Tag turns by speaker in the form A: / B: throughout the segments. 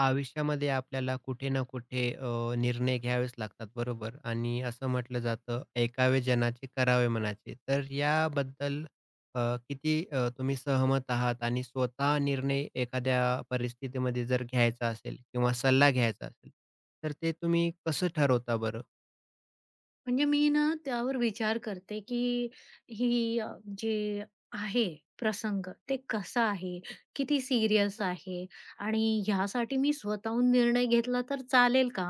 A: आयुष्यामध्ये आपल्याला कुठे ना कुठे निर्णय घ्यावेच लागतात बरोबर. आणि असं म्हटलं जातं ऐकावे जनाचे करावे मनाचे तर याबद्दल अ, किती तुम्ही सहमत आहात आणि स्वतः निर्णय एखाद्या परिस्थितीमध्ये जर घ्यायचा असेल किंवा सल्ला घ्यायचा असेल तर ते तुम्ही कसं ठरवता बरं?
B: म्हणजे मी ना त्यावर विचार करते, की ही जे आहे प्रसंग, ते कसा आहे, किती सीरियस आहे आणि ह्यासाठी मी स्वतःहून निर्णय घेतला तर चालेल का?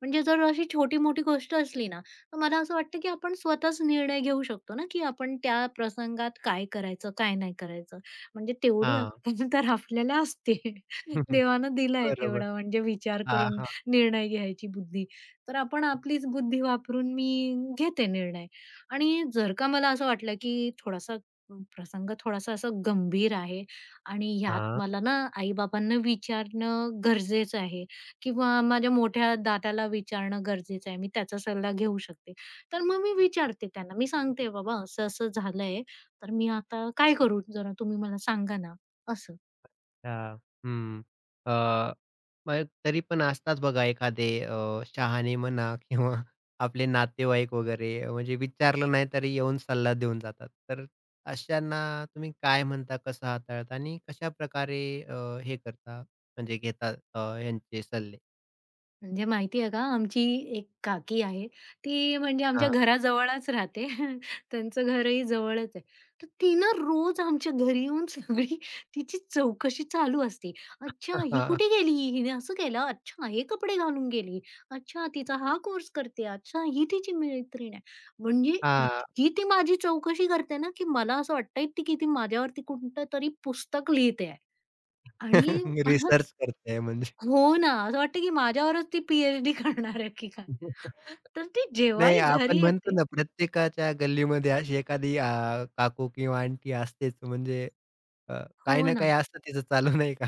B: म्हणजे जर अशी छोटी-मोठी गोष्ट असली ना, तर मला असं वाटतं, की आपण स्वतःच निर्णय घेऊ शकतो ना, की आपण त्या प्रसंगात काय करायचं, काय नाही करायचं. म्हणजे तेवढी
A: हां.
B: अक्कल तर आपल्याला असते. देवानं दिलाय
A: बरोबर.
B: तेवढा म्हणजे विचार
A: हां,
B: करून
A: हां,
B: निर्णय घ्यायची बुद्धी. तर आपण आपलीच बुद्धी वापरून मी घेते निर्णय आणि जर का मला असं वाटलं की थोडासा प्रसंग थोडासा असा गंभीर आहे आणि ह्यात
A: हां.
B: मला ना आई-बाबांना विचारणं गरजेचं आहे किंवा माझ्या मोठ्या दादाला विचारणं गरजेचं आहे. मी त्याचा सल्ला घेऊ शकते. तर मग मी विचारते त्यांना. मी सांगते, "बाबा असं-असं झालंय, तर मी आता काय करू? जरा तुम्ही मला सांगा ना." असं.
A: अच्छा. हं. अ, मग तरी पण असतात बघा एखादे शहाणे म्हणा किंवा आपले नातेवाईक वगैरे म्हणजे विचारलं नाही तरी येऊन सल्ला देऊन जातात. तर अशांना तुम्ही काय म्हणता, कसं हाताळता आणि कशाप्रकारे हे करता म्हणजे घेता ह्यांचे सल्ले?
B: म्हणजे माहिती आहे का, आमची एक काकी आहे, ती म्हणजे आमच्या
A: हां.
B: घराजवळच राहते. त्यांचं घरही जवळच आहे. तर ती ना रोज आमच्या घरी येऊन सगळी तिची चौकशी चालू असते. "अच्छा, ही
A: हां.
B: कुठे गेली? हिने असं केलं. अच्छा, हे कपडे घालून गेली. अच्छा, तिचा हा कोर्स करते. अच्छा, ही तिची मैत्रीण आहे." म्हणजे इतकी ती माझी चौकशी करते ना, की मला असं वाटतंय, ती माझ्यावरती कोणतंतरी पुस्तक लिहिते आहे. आणि
A: रिसर्च करताय म्हणजे.
B: हो ना, असं वाटतं की माझ्यावरच ती पी-एच-डी करणार आहे की काय. तर ती
A: नाही,
B: जेव्हाही
A: आपण
B: घरी
A: म्हणतो
B: येते
A: ना, प्रत्येकाच्या गल्लीमध्ये अशी एखादी काकू किंवा आंटी असतेच. म्हणजे अ, काही
B: हो
A: ना काही
B: ना.
A: असतं तिचं चालू, नाही का?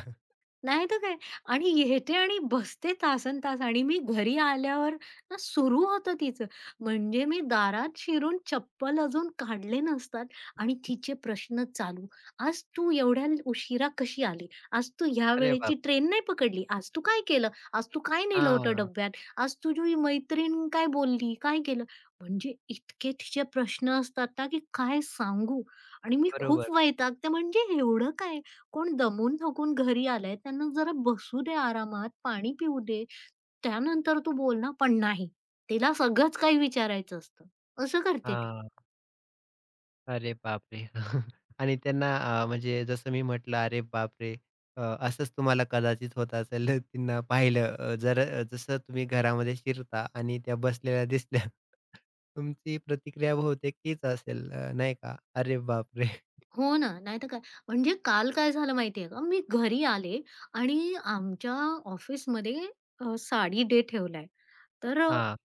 B: नाही तर काय आणि येते आणि बसते तासनतास आणि मी घरी आल्यावर ना सुरू होतं तिचं. म्हणजे मी दारात शिरून चप्पल अजून काढले नसतात आणि तिचे प्रश्न चालू. "आज तू एवढ्या उशिरा कशी आली? आज तू ह्या
A: अरे
B: वेळेची
A: बापरे!
B: ट्रेन नाही पकडली? आज तू काय केलं? आज तू काय नेलं होतं
A: हां,
B: डब्यात? आज तुझी मैत्रीण काय बोलली? काय केलं?" म्हणजे इतके तिचे प्रश्न असतात ना, की काय सांगू? आणि मी खूप
A: बरोबर.
B: वैतागते म्हणजे एवढं काय? कोण दमून-थकून घरी आलंय, त्यांना जरा बसू दे आरामात, पाणी पिऊ दे, त्यानंतर तू बोल ना. पण नाही, तिला सगळंच काही विचारायचं असतं. असं करते ती.
A: हां. अरे बापरे! आणि त्यांना म्हणजे जसं मी म्हटलं, "अरे बापरे!" अ, असंच तुम्हाला कदाचित होत असेल. त्यांना पाहिलं जर जसं तुम्ही घरामध्ये शिरता आणि त्या बसलेल्या दिसल्या, तुमची प्रतिक्रिया बहुतेक हीच असेल, नाही का? "अरे बापरे!"
B: हो ना, नाहीतर काय. म्हणजे काल काय झालं माहिती आहे का, मी घरी आले आणि आमच्या ऑफिसमध्ये साडी डे ठेवलाय. तर अ,
A: हां,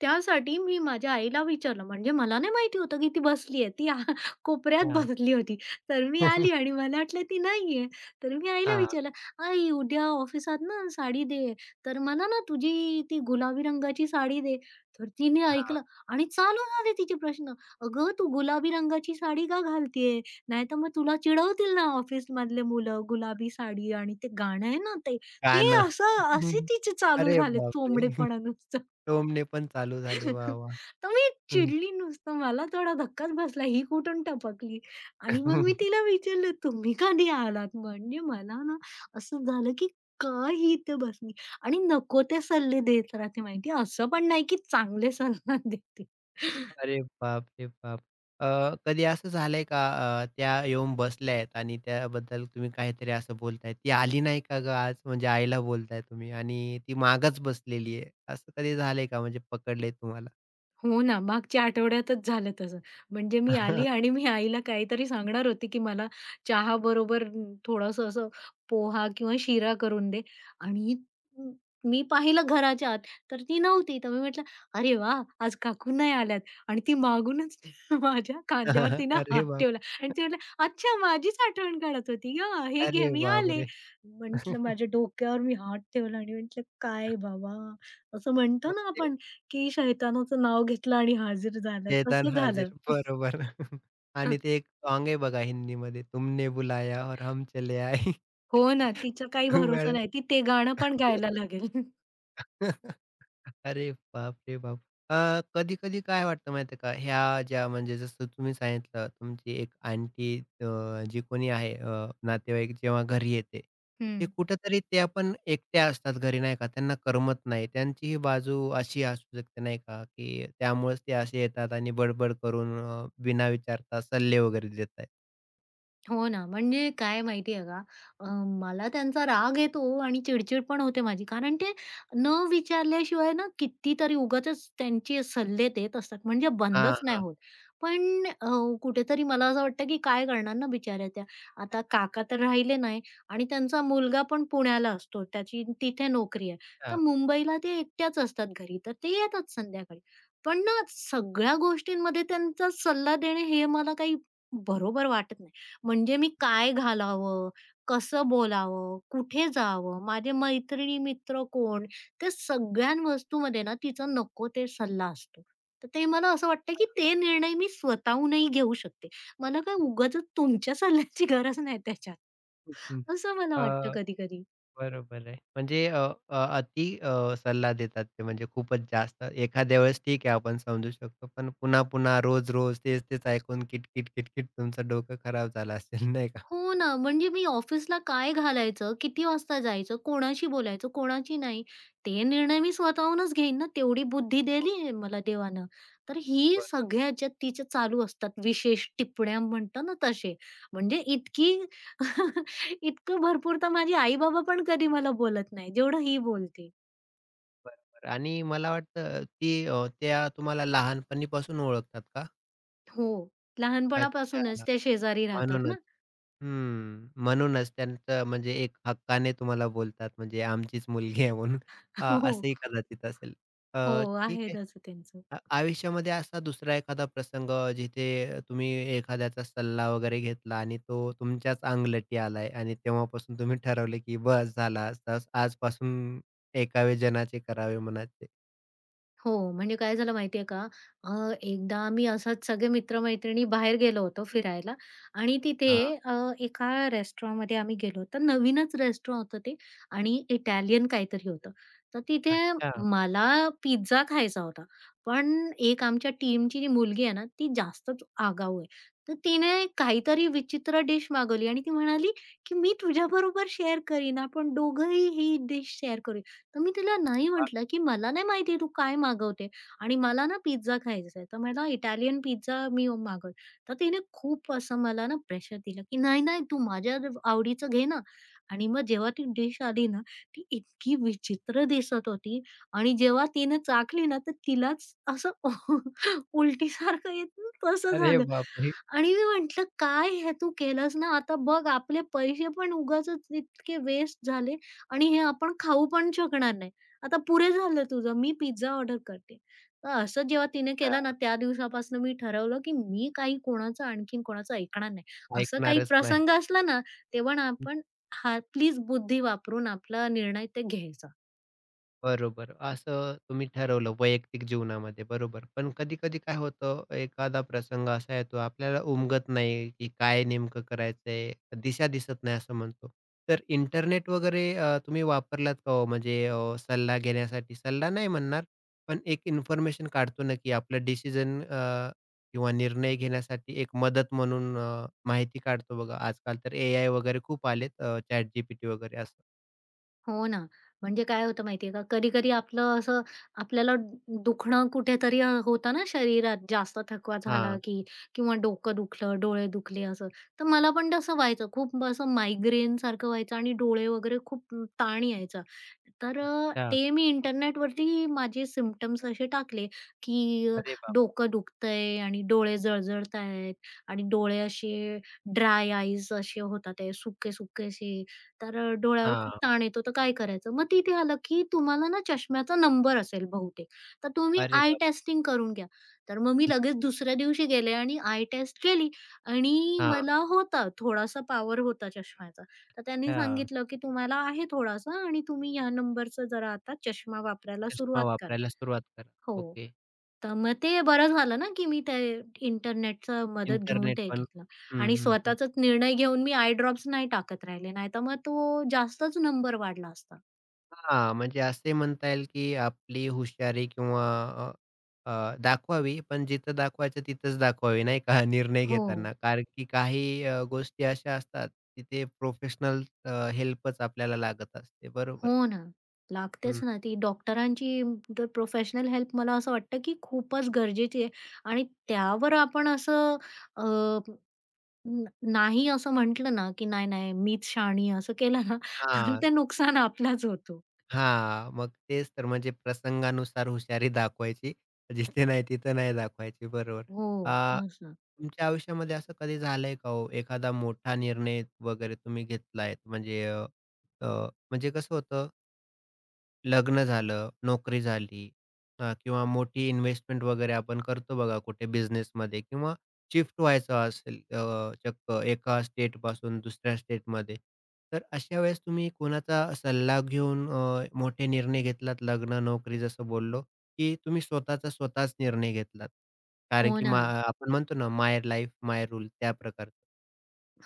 B: त्यासाठी मी माझ्या आईला विचारलं, म्हणजे मला नाही माहिती होतं की ती बसली आहे. ती कोपऱ्यात
A: हां.
B: बसली होती. तर मी आली आणि मला वाटलं ती नाही तर मी आईला
A: हां.
B: विचारलं, "आई, उद्या ऑफिसात ना साडी डे तर मला ना तुझी ती गुलाबी रंगाची साडी दे." तर तिने
A: हां,
B: ऐकलं आणि चालू झाले तिचे प्रश्न. "अगं, तू गुलाबी रंगाची साडी का घालतीये? नाहीतर मग तुला चिडवतील ना ऑफिसमधले मुलं, गुलाबी साडी आणि ते गाणं आहे ना ते, ते
A: गाणं.
B: असं असे तिचे चालू
A: अरे
B: झाले
A: बापरे!
B: चोंबडेपणा नुसतं.
A: टोमणे पण चालू झाले. वाह! वाह!
B: तर मी
A: हं.
B: चिडली नुसतं. मला थोडा धक्काच बसला, ही कुठून टपकली? आणि मग मी तिला विचारलं, "तुम्ही कधी आलात?" म्हणजे मला ना असं झालं, की का ही इथे बसली? आणि नको ते सल्ले देत राहते माहिती असं पण नाही की चांगले सल्ला देते.
A: अरे बाप रे बाप! कधी असं झालंय का त्या येऊन बसल्या आहेत आणि त्याबद्दल तुम्ही काहीतरी असं बोलताय, "ती आली नाही का गं आज?" म्हणजे आईला बोलताय तुम्ही आणि ती मागच बसलेली आहे. असं कधी झालंय का म्हणजे पकडलंय तुम्हाला?
B: हो ना, मागच्या आठवड्यातच झालं तसं. म्हणजे मी आली आणि मी आईला काहीतरी सांगणार होती, की मला चहाबरोबर थोडंसं असं पोहा किंवा शिरा करून दे आणि म मी पाहिलं घराच्या आत, तर ती नव्हती. तर मी म्हटलं, "अरे वाह! आज काकू नाही आल्यात." आणि ती मागूनच माझ्या खांद्यावर तिनं
A: अरे
B: हात
A: बाप!
B: ठेवला आणि ती म्हटली, "अच्छा, माझीच आठवण काढत होती का? हे घे,
A: अरे
B: मी आले."
A: बापरे!
B: म्हटलं, माझ्या डोक्यावर मी हात ठेवला आणि म्हटलं, "काय बाबा?" असं म्हणतो
A: मग
B: ना
A: ते
B: आपण, की शैतानाचं नाव घेतलं आणि हाजीर झालं,
A: शैतान
B: तसं
A: हाजीर
B: झालं.
A: बरोबर.
B: अ,
A: आणि ते एक साँग आहे बघा हिंदीमध्ये तुमने बुलाया और हम चले आए.
B: हो ना. तिचा काही भरोसा
A: मॅडम
B: नाही. ती ते गाणं पण गायला लागेल.
A: अरे बाप रे बाप! कधी-कधी काय वाटतं माहिती आहे का, ह्या ज्या म्हणजे जसं तुम्ही सांगितलं तुमची एक आंटी जी कोणी आहे नातेवाईक जेव्हा घरी येते, ते
B: हं.
A: कुठेतरी त्या पण एकट्या असतात घरी नाही का, त्यांना करमत नाही. त्यांची ही बाजू अशी असू शकते नाही का, की त्यामुळेच ते असे येतात आणि बडबड करून बिना विचारता सल्ले वगैरे देत आहेत.
B: हो ना, म्हणजे काय माहिती आहे का, अ, मला त्यांचा राग येतो आणि चिडचिड पण होते माझी. कारण ते न विचारल्याशिवाय ना कितीतरी उगाचच त्यांचे सल्ले देत असतात. म्हणजे
A: हां,
B: बंदच नाही
A: हां.
B: होत. पण कुठेतरी मला असं वाटतं की काय करणार ना बिचाऱ्या त्या. आता काका तर राहिले नाही आणि त्यांचा मुलगा पण पुण्याला असतो. त्याची तिथे नोकरी आहे. तर
A: अच्छा.
B: मुंबईला ते एकट्याच असतात घरी. तर ते येतात संध्याकाळी. पण ना सगळ्या गोष्टींमध्ये त्यांचा सल्ला देणे हे मला काही बरोबर वाटत नाही. म्हणजे मी काय घालावं? कसं बोलावं? कुठे जावं? माझे मैत्रिणी, मित्र कोण? ते सगळ्या वस्तूमध्ये ना तिचा नको ते सल्ला असतो. तर ते मला असं वाटतं, की ते निर्णय मी स्वतःहूनही घेऊ शकते. मला काय उगाचच तुमच्या सल्ल्याची गरज नाही त्याच्यात,
A: हं,
B: असं मला वाटतं कधी-कधी.
A: बरोबर आहे. म्हणजे अ, अ, अति सल्ला देतात ते म्हणजे खूपच जास्त. एखाद्या वेळेस ठीक आहे आपण समजू शकतो, पण पुन्हा-पुन्हा, रोज-रोज तेच-तेच ऐकून किटकिट, किटकिट तुमचं डोकं खराब झालं असेल नाही का?
B: हो ना, म्हणजे मी ऑफिसला काय घालायचं, किती वाजता जायचं, कोणाशी बोलायचं, कोणाशी नाही, ते निर्णय मी स्वतःहूनच घेईन ना, तेवढी बुद्धी
A: हो,
B: दिली मला देवानं. तर ही
A: बरं,
B: सगळ्याच्या तिच्या चालू असतात विशेष टिप्पण्या म्हणतो ना तसे. म्हणजे इतकं भरपूर तर माझे आई-बाबा पण कधी मला बोलत नाही, जेवढं ही बोलते.
A: बरं, बरं. आणि मला वाटतं, की त्या तुम्हाला लहानपणीपासून ओळखतात का?
B: हो,
A: अच्छा.
B: लहानपणापासूनच ते शेजारी राहतात
A: म्हणूनच.
B: ना.
A: हं. म्हणूनच त्यांचं म्हणजे एक हक्काने तुम्हाला बोलतात म्हणजे आमचीच मुलगी आहे म्हणून. अ,
B: हो,
A: असंही कदाचित असेल. अ,
B: हो,
A: ठीक
B: आहे
A: आहे.
B: तसं त्यांचं.
A: आयुष्यामध्ये असा दुसरा एखादा प्रसंग जिथे तुम्ही एखाद्याचा सल्ला वगैरे घेतला आणि तो तुमच्याच अंगलटी आलाय आणि तेव्हापासून तुम्ही ठरवले की बस झाला आता आजपासून ऐकावे जनाचे करावे मनाचे.
B: हो, म्हणजे काय झालं माहितीये का, अ, एकदा आम्ही असंच सगळे मित्र-मैत्रिणी बाहेर गेलो होतो फिरायला आणि तिथे
A: हां.
B: अ, एका रेस्टॉरंटमध्ये आम्ही गेलो होतो. नवीनच रेस्टॉरंट होतं ते आणि इटालियन काहीतरी होतं. तर तिथे
A: अच्छा.
B: मला पिझ्झा खायचा होता. पण एक आमच्या टीमची जी मुलगी आहे ना, ती जास्तच आगाऊ आहे. तर तिने काहीतरी विचित्र डिश मागवली आणि ती म्हणाली, की "मी तुझ्याबरोबर शेअर करीन. आपण दोघंही ही डिश शेअर करू." तर मी तिला नाही म्हटलं, की "मला नाही माहिती तू काय मागवते आणि मला ना पिझ्झा खायचा आहे, तर मला इटालियन पिझ्झा मी मागवला." तर तिने खूप असं मला ना प्रेशर दिलं, की "नाही, नाही तू माझ्या आवडीचं घे ना." आणि मग जेव्हा ती डिश आली ना, ती इतकी विचित्र दिसत होती आणि जेव्हा तिने चाखली ना, तर तिलाच असं उलटीसारखं येतं तसं
A: अरे
B: झालं
A: बापरे!
B: आणि मी म्हटलं, "काय हे तू केलंस ना, आता बघ आपले पैसे पण उगाचच इतके वेस्ट झाले आणि हे आपण खाऊ पण शकणार नाही. आता पुरे झालं तुझं, मी पिझ्झा ऑर्डर करते. तर असं जेव्हा तिने केलं ना,
A: अच्छा.
B: त्या दिवसापासून मी ठरवलं, की मी काही कोणाचं आणखीन कोणाचं ऐकणार नाही. असं काही
A: ऐकणारच नाही.
B: प्रसंग असला ना, तेव्हा ना आपण हा प्लीज बुद्धी वापरून आपला निर्णय ते घ्यायचा.
A: बरोबर. असं तुम्ही ठरवलं वैयक्तिक जीवनामध्ये बरोबर. पण कधी-कधी काय होतं एखादा प्रसंग असा येतो आपल्याला उमगत नाही, की काय नेमकं करायचंय, दिशा दिसत नाही असं म्हणतो. तर इंटरनेट वगैरे तुम्ही वापरलात का हो? म्हणजे सल्ला घेण्यासाठी सल्ला नाही म्हणणार, पण एक इन्फॉर्मेशन काढतो ना, की आपलं डिसिजन किंवा निर्णय घेण्यासाठी एक मदत म्हणून माहिती काढतो बघा. आजकाल तर एआय वगैरे खूप आलेत ChatGPT वगैरे असं.
B: हो ना. म्हणजे काय होतं माहितीये का, कधी-कधी आपलं असं आपल्याला दुखणं कुठेतरी होतं ना शरीरात, जास्त थकवा झाला
A: हां.
B: की किंवा डोकं दुखलं, डोळे दुखले असं. तर मला पण तसं व्हायचं. खूप असं मायग्रेनसारखं व्हायचं आणि डोळे वगैरे खूप ताण यायचा. तर
A: अच्छा.
B: ते मी इंटरनेटवरती माझे सिम्प्टम्स असे टाकले की अ,
A: अरे बाप!
B: डोकं दुखतंय आणि डोळे जळजळतायत आणि डोळे असे ड्राय आईज असे होतात सुके-सुके असे. तर डोळ्यावर खूप
A: हां.
B: ताण येतो तर काय करायचं? मग तिथे आलं की तुम्हाला ना चष्म्याचा नंबर असेल बहुतेक, तर तुम्ही
A: अरे
B: आय
A: बापरे!
B: टेस्टिंग करून घ्या. तर मग मी लगेच दुसऱ्या दिवशी गेले आणि आय टेस्ट केली आणि
A: हां.
B: मला होता थोडासा पॉवर होता चष्म्याचा. तर त्यांनी
A: हां.
B: सांगितलं की तुम्हाला आहे थोडासा आणि तुम्ही ह्या नंबरचा जरा आता चष्मा वापरायला
A: चष्मा
B: सुरुवात करा.
A: वापरायला सुरुवात करा.
B: हो.
A: ओके.
B: तर मग ते बरं झालं ना, की मी ते इंटरनेटचा मदत घेऊन
A: इंटरनेट
B: ते
A: पण
B: घेतलं
A: हं,
B: आणि
A: हं, हं.
B: स्वतःचाच निर्णय घेऊन मी आय ड्रॉप्स नाही टाकत राहिले, नाहीतर मग तो जास्तच नंबर वाढला असता.
A: हां, म्हणजे असे म्हणता येईल की आपली हुशारी किंवा अ, अ, दाखवावी, पण जिथं दाखवायचं तिथंच दाखवावी, नाही का? निर्णय
B: हो,
A: घेताना. कारण की काही गोष्टी अशा असतात, तिथे प्रोफेशनल हेल्पच आपल्याला लागत असते. बरोबर.
B: हो ना.
A: हं.
B: लागतेच ना ती डॉक्टरांची प्रोफेशनल हेल्प मला असं वाटतं, की खूपच गरजेची आहे आणि त्यावर आपण असं अ, न नाही असं म्हटलं ना, की "नाही, नाही, मीच शहाणी" असं केलं ना, तर
A: हां.
B: ते नुकसान आपलाच होतो.
A: हां, मग तेच तर म्हणजे प्रसंगानुसार हुशारी दाखवायची. जिथे नाही तिथे नाही दाखवायची. बरोबर.
B: हो,
A: अ,
B: असं.
A: तुमच्या आयुष्यामध्ये असं कधी झालंय का हो, एखादा मोठा निर्णय वगैरे तुम्ही घेतलाय म्हणजे अ, अ, म्हणजे कसं होतं लग्न झालं, नोकरी झाली किंवा मोठी इन्व्हेस्टमेंट वगैरे आपण करतो बघा कुठे बिझनेसमध्ये किंवा शिफ्ट व्हायचं असेल चक्क एका स्टेटपासून दुसऱ्या स्टेटमध्ये. तर अशा वेळेस तुम्ही कोणाचा सल्ला घेऊन मोठे निर्णय घेतलात लग्न, नोकरी जसं बोललो, की तुम्ही स्वतःचा स्वतःच निर्णय घेतलात? कारण
B: हो
A: की
B: ना.
A: आपण म्हणतो ना माय लाईफ माय रूल त्या प्रकारचं.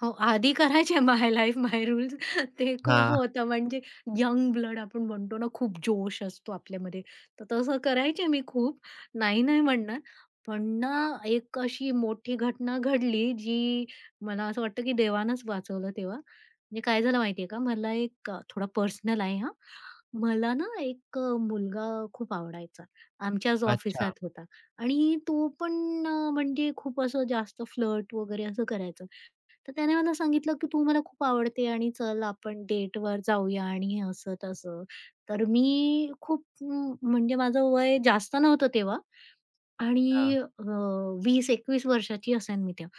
B: हो, आधी करायचे माय लाईफ माय रूल्स ते खूप
A: हां.
B: होतं म्हणजे यंग ब्लड आपण म्हणतो ना, खूप जोश असतो आपल्यामध्ये. तर तसं करायचे मी खूप, नाही, नाही म्हणणार. पण ना, एक अशी मोठी घटना घडली, जी मला असं वाटतं की देवानंच वाचवलं तेव्हा. म्हणजे काय झालं माहिती का, मला एक थोडा पर्सनल आहे हां. मला ना, एक मुलगा खूप आवडायचा. आमच्याच
A: अच्छा.
B: ऑफिसात होता आणि तो पण म्हणजे खूप असं जास्त फ्लर्ट वगैरे असं करायचा. तर त्याने मला सांगितलं, की "तू मला खूप आवडते आणि चल आपण डेटवर जाऊया" आणि असं-तसं. तर मी खूप म्हणजे माझं वय जास्त नव्हतं तेव्हा आणि
A: हां.
B: 20-21 वर्षाची असेन मी तेव्हा.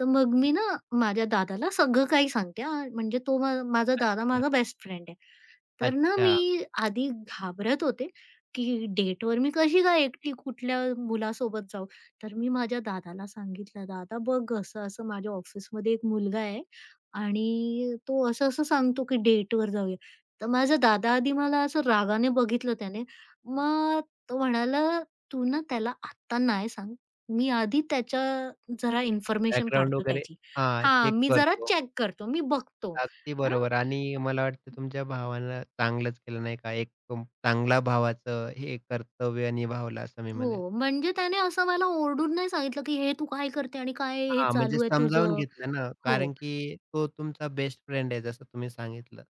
B: तर मग मी ना माझ्या दादाला सगळं काही सांगते हां, म्हणजे तो माझा दादा
A: अच्छा.
B: माझा बेस्ट फ्रेंड आहे. तर ना मी
A: अच्छा.
B: आधी घाबरत होते, की डेटवर मी कशी काय एकटी कुठल्या मुलासोबत जाऊ? तर मी माझ्या दादाला सांगितलं, "दादा बघ असं-असं माझ्या ऑफिसमध्ये एक मुलगा आहे आणि तो असं-असं सांगतो, की डेटवर जाऊया." तर माझा दादा आधी मला असं रागाने बघितलं त्याने. मग तो म्हणाला, "तू ना त्याला आत्ता नाही सांग. मी आधी त्याच्या जरा इन्फॉर्मेशन
A: बॅकग्राऊंड
B: काढतो
A: वगैरे
B: त्याची.
A: हां,
B: हां,
A: चेक
B: मी जरा
A: करतो.
B: चेक करतो, मी बघतो."
A: अगदी बरोबर आणि मला वाटतं तुमच्या भावानं चांगलंच केलं नाही का? एक चांगला भावाचं हे कर्तव्य निभावलं असं मी म्हणेल.
B: हो, म्हणजे त्याने असं मला ओरडून नाही सांगितलं, की "हे तू काय करते आणि काय हे
A: हां, म्हणजे
B: चालू आहे
A: समजावून
B: तुझं?"
A: घेतलं ना,
B: हो.
A: कारण की तो तुमचा बेस्ट फ्रेंड आहे जसं तुम्ही सांगितलं.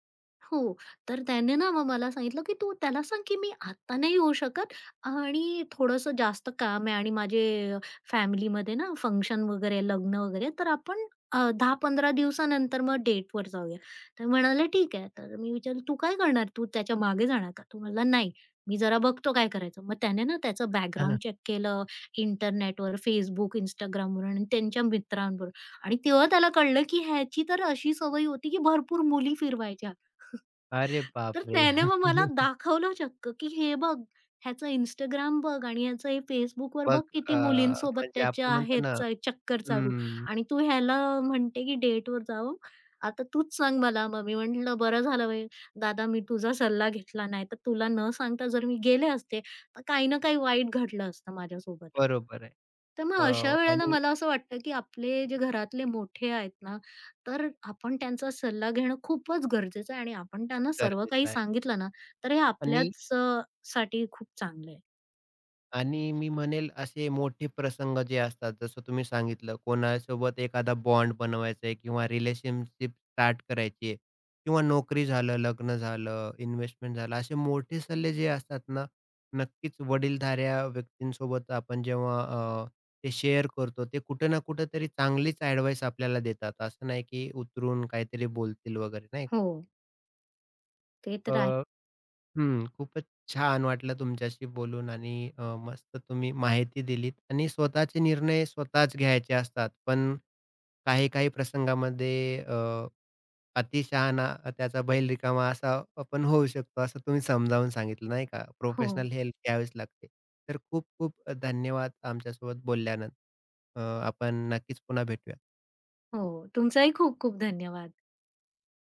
B: हो. तर त्याने ना मग मला सांगितलं, की "तू त्याला सांग, की मी आता नाही येऊ शकत आणि थोडंसं जास्त काम आहे आणि माझे फॅमिलीमध्ये ना फंक्शन वगैरे, लग्न वगैरे, तर आपण 10-15 दिवसानंतर मग डेटवर जाऊया." तर म्हणाले, "ठीक आहे." तर मी विचारलं, "तू काय करणार? तू त्याच्या मागे जाणार का?" तो म्हणाला, "नाही, मी जरा बघतो काय करायचं." मग त्याने ना त्याचं
A: हां.
B: बॅकग्राऊंड चेक केलं इंटरनेटवर, Facebook, Instagramवर आणि त्यांच्या मित्रांवर आणि तेव्हा त्याला कळलं, की ह्याची तर अशी सवय होती, की भरपूर मुली फिरवायची.
A: अरे
B: तर
A: बापरे!
B: त्याने मग मला दाखवलं चक्क, की "हे बघ, ह्याचं Instagram बघ आणि ह्याचं हे Facebookवर
A: मग
B: बघ
A: अ,
B: किती मुलींसोबत
A: म्हणजे
B: त्याच्या
A: आपण म्हणतो
B: आहेत
A: ना
B: चक्कर चालू
A: हं,
B: आणि तू ह्याला म्हणते की डेटवर जावं. आता तूच सांग मला." मग मी म्हटलं, "बरं झालं बाई दादा मी तुझा सल्ला घेतला. नाहीतर तुला न सांगता जर मी गेले असते, तर काही ना काही वाईट घडलं असतं माझ्यासोबत."
A: बरोबर आहे.
B: तर मग
A: अ,
B: अशा वेळेला
A: आणि
B: मला असं वाटतं, की आपले जे घरातले मोठे आहेत ना, तर आपण त्यांचा सल्ला घेणं खूपच गरजेचं आहे आणि आपण त्यांना सर्व
A: गरजेचं
B: काही
A: आहे.
B: सांगितलं ना, तर हे
A: आणि
B: आपल्याच साठी खूप चांगलं आहे.
A: आणि मी म्हणेल असे मोठे प्रसंग जे असतात जसं तुम्ही सांगितलं कोणासोबत एखादा बॉन्ड बनवायचा आहे किंवा रिलेशनशिप स्टार्ट करायची आहे किंवा नोकरी झालं, लग्न झालं, इन्व्हेस्टमेंट झालं असे मोठे सल्ले जे असतात ना, नक्कीच वडीलधाऱ्या व्यक्तींसोबत आपण जेव्हा ते शेअर करतो ते कुठे ना कुठेतरी चांगलीच ॲडवाईस आपल्याला देतात. असं नाही की उतरून काहीतरी बोलतील वगैरे नाही का?
B: हो, ते तर आहे.
A: हं, खूपच छान वाटलं तुमच्याशी बोलून आणि मस्त तुम्ही माहिती दिलीत आणि स्वतःचे निर्णय स्वतःच घ्यायचे असतात. पण काही-काही प्रसंगामध्ये अतिशहाणा त्याचा बैल रिकामा असा आपण होऊ शकतो, असं तुम्ही समजावून सांगितलं नाही का?
B: हो,
A: प्रोफेशनल हेल्प घ्यावीच लागते. तर खूप-खूप धन्यवाद आमच्यासोबत बोलल्यानं. अ, आपण नक्कीच पुन्हा भेटूया.
B: हो. तुमचाही खूप खूप धन्यवाद.